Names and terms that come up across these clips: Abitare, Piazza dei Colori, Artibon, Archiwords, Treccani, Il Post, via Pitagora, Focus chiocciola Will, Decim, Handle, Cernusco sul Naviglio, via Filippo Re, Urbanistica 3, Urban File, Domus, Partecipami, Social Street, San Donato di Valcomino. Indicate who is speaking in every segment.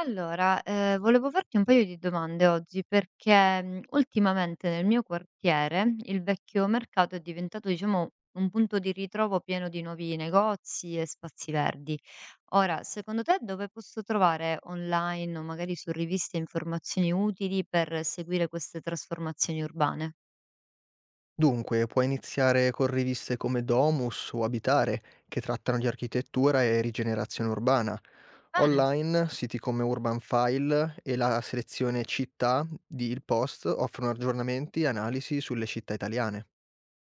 Speaker 1: Volevo farti un paio di domande oggi perché, ultimamente nel mio quartiere il vecchio mercato è diventato, diciamo, un punto di ritrovo pieno di nuovi negozi e spazi verdi. Ora, secondo te dove posso trovare online o magari su riviste informazioni utili per seguire queste trasformazioni urbane?
Speaker 2: Dunque, puoi iniziare con riviste come Domus o Abitare, che trattano di architettura e rigenerazione urbana.
Speaker 1: Bene.
Speaker 2: Online, siti come Urban File e la selezione città di Il Post offrono aggiornamenti e analisi sulle città italiane.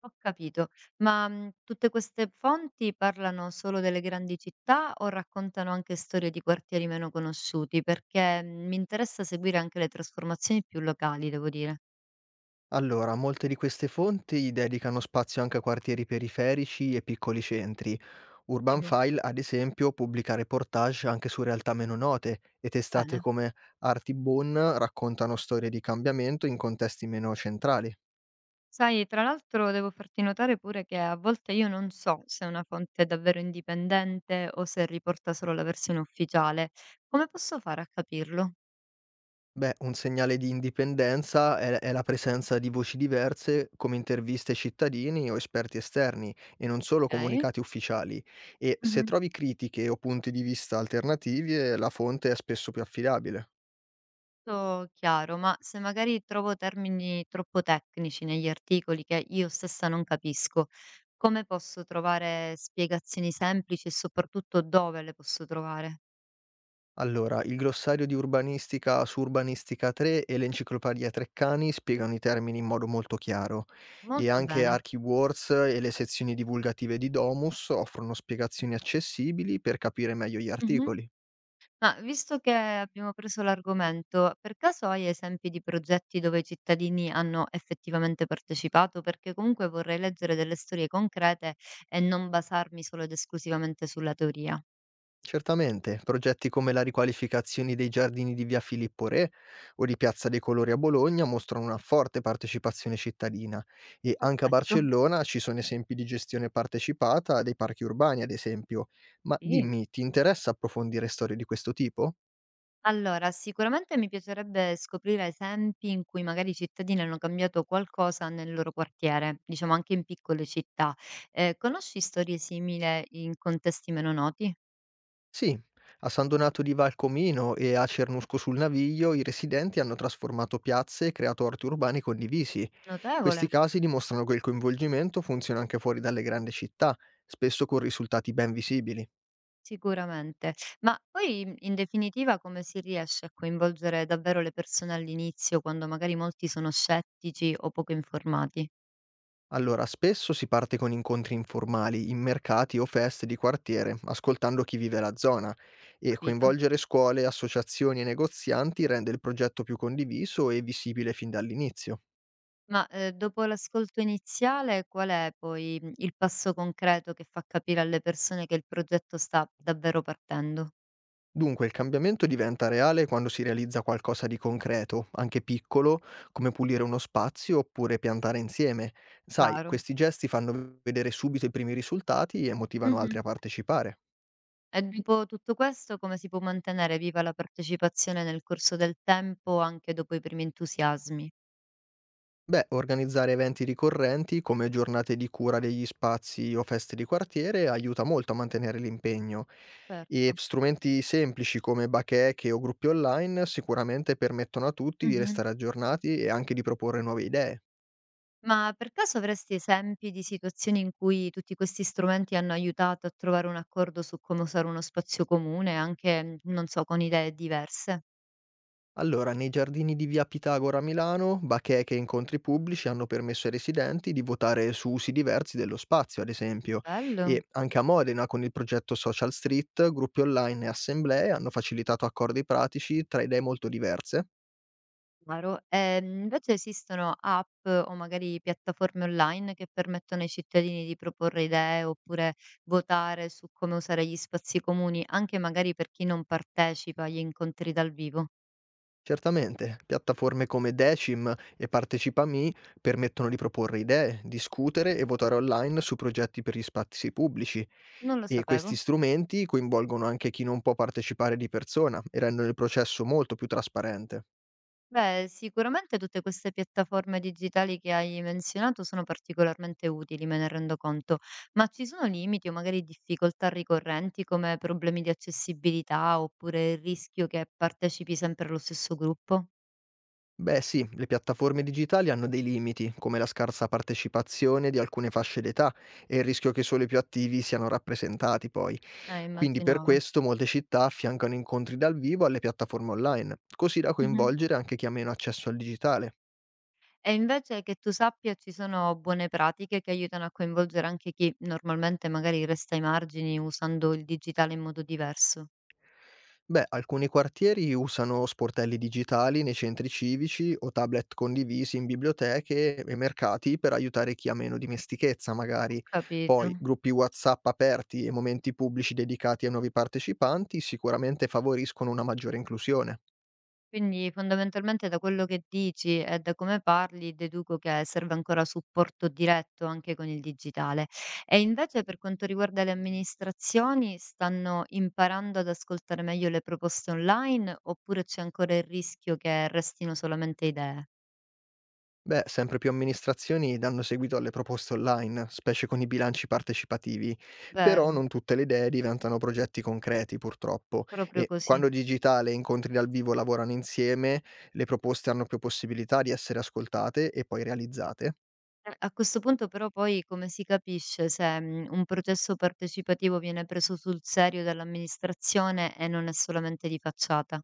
Speaker 1: Ho capito, ma, tutte queste fonti parlano solo delle grandi città o raccontano anche storie di quartieri meno conosciuti? Perché, mi interessa seguire anche le trasformazioni più locali, devo dire.
Speaker 2: Allora, molte di queste fonti dedicano spazio anche a quartieri periferici e piccoli centri. Urban
Speaker 1: Ottimo.
Speaker 2: File, ad esempio, pubblica reportage anche su realtà meno note e testate
Speaker 1: Bene.
Speaker 2: come Artibon raccontano storie di cambiamento in contesti meno centrali.
Speaker 1: Sai, tra l'altro devo farti notare pure che a volte io non so se una fonte è davvero indipendente o se riporta solo la versione ufficiale. Come posso fare a capirlo?
Speaker 2: Beh, un segnale di indipendenza è la presenza di voci diverse come interviste ai cittadini o esperti esterni e non solo
Speaker 1: Okay.
Speaker 2: comunicati ufficiali. E se
Speaker 1: Mh-mh.
Speaker 2: trovi critiche o punti di vista alternativi, la fonte è spesso più affidabile.
Speaker 1: Tutto chiaro, ma se magari trovo termini troppo tecnici negli articoli che io stessa non capisco, come posso trovare spiegazioni semplici e soprattutto dove le posso trovare?
Speaker 2: Allora, il glossario di urbanistica su Urbanistica 3 e l'enciclopedia Treccani spiegano i termini in modo molto chiaro, e
Speaker 1: Molto
Speaker 2: anche
Speaker 1: bene.
Speaker 2: Archiwords e le sezioni divulgative di Domus offrono spiegazioni accessibili per capire meglio gli
Speaker 1: Mhm.
Speaker 2: articoli.
Speaker 1: Ma visto che abbiamo preso l'argomento, per caso hai esempi di progetti dove i cittadini hanno effettivamente partecipato? Perché comunque vorrei leggere delle storie concrete e non basarmi solo ed esclusivamente sulla teoria.
Speaker 2: Certamente, progetti come la riqualificazione dei giardini di via Filippo Re o di Piazza dei Colori a Bologna mostrano una forte partecipazione cittadina, e anche a
Speaker 1: Perfetto.
Speaker 2: Barcellona ci sono esempi di gestione partecipata dei parchi urbani, ad esempio. Ma
Speaker 1: Sì.
Speaker 2: dimmi, ti interessa approfondire storie di questo tipo?
Speaker 1: Allora, sicuramente mi piacerebbe scoprire esempi in cui magari i cittadini hanno cambiato qualcosa nel loro quartiere, diciamo anche in piccole città. Conosci storie simili in contesti meno noti?
Speaker 2: Sì, a San Donato di Valcomino e a Cernusco sul Naviglio i residenti hanno trasformato piazze e creato orti urbani condivisi. Questi
Speaker 1: Notevole,
Speaker 2: casi dimostrano che il coinvolgimento funziona anche fuori dalle grandi città, spesso con risultati ben visibili.
Speaker 1: sicuramente. Ma poi, in definitiva, come si riesce a coinvolgere davvero le persone all'inizio, quando magari molti sono scettici o poco informati?
Speaker 2: Allora, spesso si parte con incontri informali, in mercati o feste di quartiere, ascoltando chi vive la zona, e
Speaker 1: Capito?
Speaker 2: coinvolgere scuole, associazioni e negozianti rende il progetto più condiviso e visibile fin dall'inizio.
Speaker 1: Ma, dopo l'ascolto iniziale qual è poi, il passo concreto che fa capire alle persone che il progetto sta davvero partendo?
Speaker 2: Dunque, il cambiamento diventa reale quando si realizza qualcosa di concreto, anche piccolo, come pulire uno spazio oppure piantare insieme. Sai,
Speaker 1: Claro.
Speaker 2: questi gesti fanno vedere subito i primi risultati e motivano altri
Speaker 1: Mh-mh.
Speaker 2: a partecipare.
Speaker 1: E dopo tutto questo come si può mantenere viva la partecipazione nel corso del tempo anche dopo i primi entusiasmi?
Speaker 2: Beh, organizzare eventi ricorrenti come giornate di cura degli spazi o feste di quartiere aiuta molto a mantenere l'impegno, e
Speaker 1: Certo.
Speaker 2: strumenti semplici come bacheche o gruppi online sicuramente permettono a tutti di
Speaker 1: Mh-mh.
Speaker 2: restare aggiornati e anche di proporre nuove idee.
Speaker 1: Ma per caso avresti esempi di situazioni in cui tutti questi strumenti hanno aiutato a trovare un accordo su come usare uno spazio comune anche, non so, con idee diverse?
Speaker 2: Allora, nei giardini di via Pitagora a Milano, bacheche e incontri pubblici hanno permesso ai residenti di votare su usi diversi dello spazio, ad esempio,
Speaker 1: Bello.
Speaker 2: e anche a Modena con il progetto Social Street, gruppi online e assemblee hanno facilitato accordi pratici tra idee molto diverse.
Speaker 1: Chiaro. Invece esistono app o magari piattaforme online che permettono ai cittadini di proporre idee oppure votare su come usare gli spazi comuni, anche magari per chi non partecipa agli incontri dal vivo?
Speaker 2: Certamente, piattaforme come Decim e Partecipami permettono di proporre idee, discutere e votare online su progetti per gli spazi pubblici.
Speaker 1: Non lo
Speaker 2: E
Speaker 1: sapevo.
Speaker 2: questi strumenti coinvolgono anche chi non può partecipare di persona e rendono il processo molto più trasparente.
Speaker 1: Beh, sicuramente tutte queste piattaforme digitali che hai menzionato sono particolarmente utili, me ne rendo conto, ma ci sono limiti o magari difficoltà ricorrenti come problemi di accessibilità oppure il rischio che partecipi sempre allo stesso gruppo?
Speaker 2: Beh sì, le piattaforme digitali hanno dei limiti, come la scarsa partecipazione di alcune fasce d'età e il rischio che solo i più attivi siano rappresentati poi. Quindi per
Speaker 1: Immaginavo.
Speaker 2: questo molte città affiancano incontri dal vivo alle piattaforme online, così da
Speaker 1: Mh-mh.
Speaker 2: coinvolgere anche chi ha meno accesso al digitale.
Speaker 1: E invece che tu sappia ci sono buone pratiche che aiutano a coinvolgere anche chi normalmente magari resta ai margini usando il digitale in modo diverso.
Speaker 2: Beh, alcuni quartieri usano sportelli digitali nei centri civici o tablet condivisi in biblioteche e mercati per aiutare chi ha meno dimestichezza,
Speaker 1: Ho
Speaker 2: magari.
Speaker 1: capito.
Speaker 2: Poi gruppi WhatsApp aperti e momenti pubblici dedicati ai nuovi partecipanti sicuramente favoriscono una maggiore inclusione.
Speaker 1: Quindi fondamentalmente da quello che dici e da come parli deduco che serve ancora supporto diretto anche con il digitale. E invece per quanto riguarda le amministrazioni, stanno imparando ad ascoltare meglio le proposte online oppure c'è ancora il rischio che restino solamente idee?
Speaker 2: Beh, sempre più amministrazioni danno seguito alle proposte online, specie con i bilanci partecipativi, però
Speaker 1: Vero.
Speaker 2: non tutte le idee diventano progetti concreti, purtroppo,
Speaker 1: Proprio
Speaker 2: e
Speaker 1: così.
Speaker 2: quando digitale e incontri dal vivo lavorano insieme, le proposte hanno più possibilità di essere ascoltate e poi realizzate.
Speaker 1: A questo punto però poi come si capisce se, un processo partecipativo viene preso sul serio dall'amministrazione e non è solamente di facciata?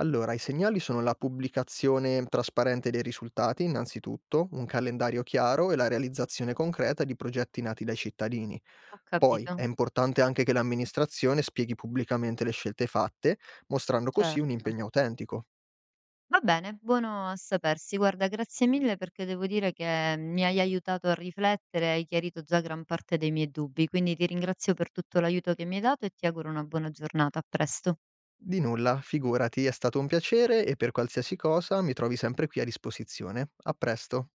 Speaker 2: Allora, i segnali sono la pubblicazione trasparente dei risultati, innanzitutto, un calendario chiaro e la realizzazione concreta di progetti nati dai cittadini.
Speaker 1: Ho
Speaker 2: Poi è
Speaker 1: capito,
Speaker 2: importante anche che l'amministrazione spieghi pubblicamente le scelte fatte, mostrando così un
Speaker 1: certo.
Speaker 2: impegno autentico.
Speaker 1: Va bene, buono a sapersi. Guarda, grazie mille perché devo dire che mi hai aiutato a riflettere e hai chiarito già gran parte dei miei dubbi, quindi ti ringrazio per tutto l'aiuto che mi hai dato e ti auguro una buona giornata. A presto.
Speaker 2: Di nulla, figurati, è stato un piacere e per qualsiasi cosa mi trovi sempre qui a disposizione. A presto.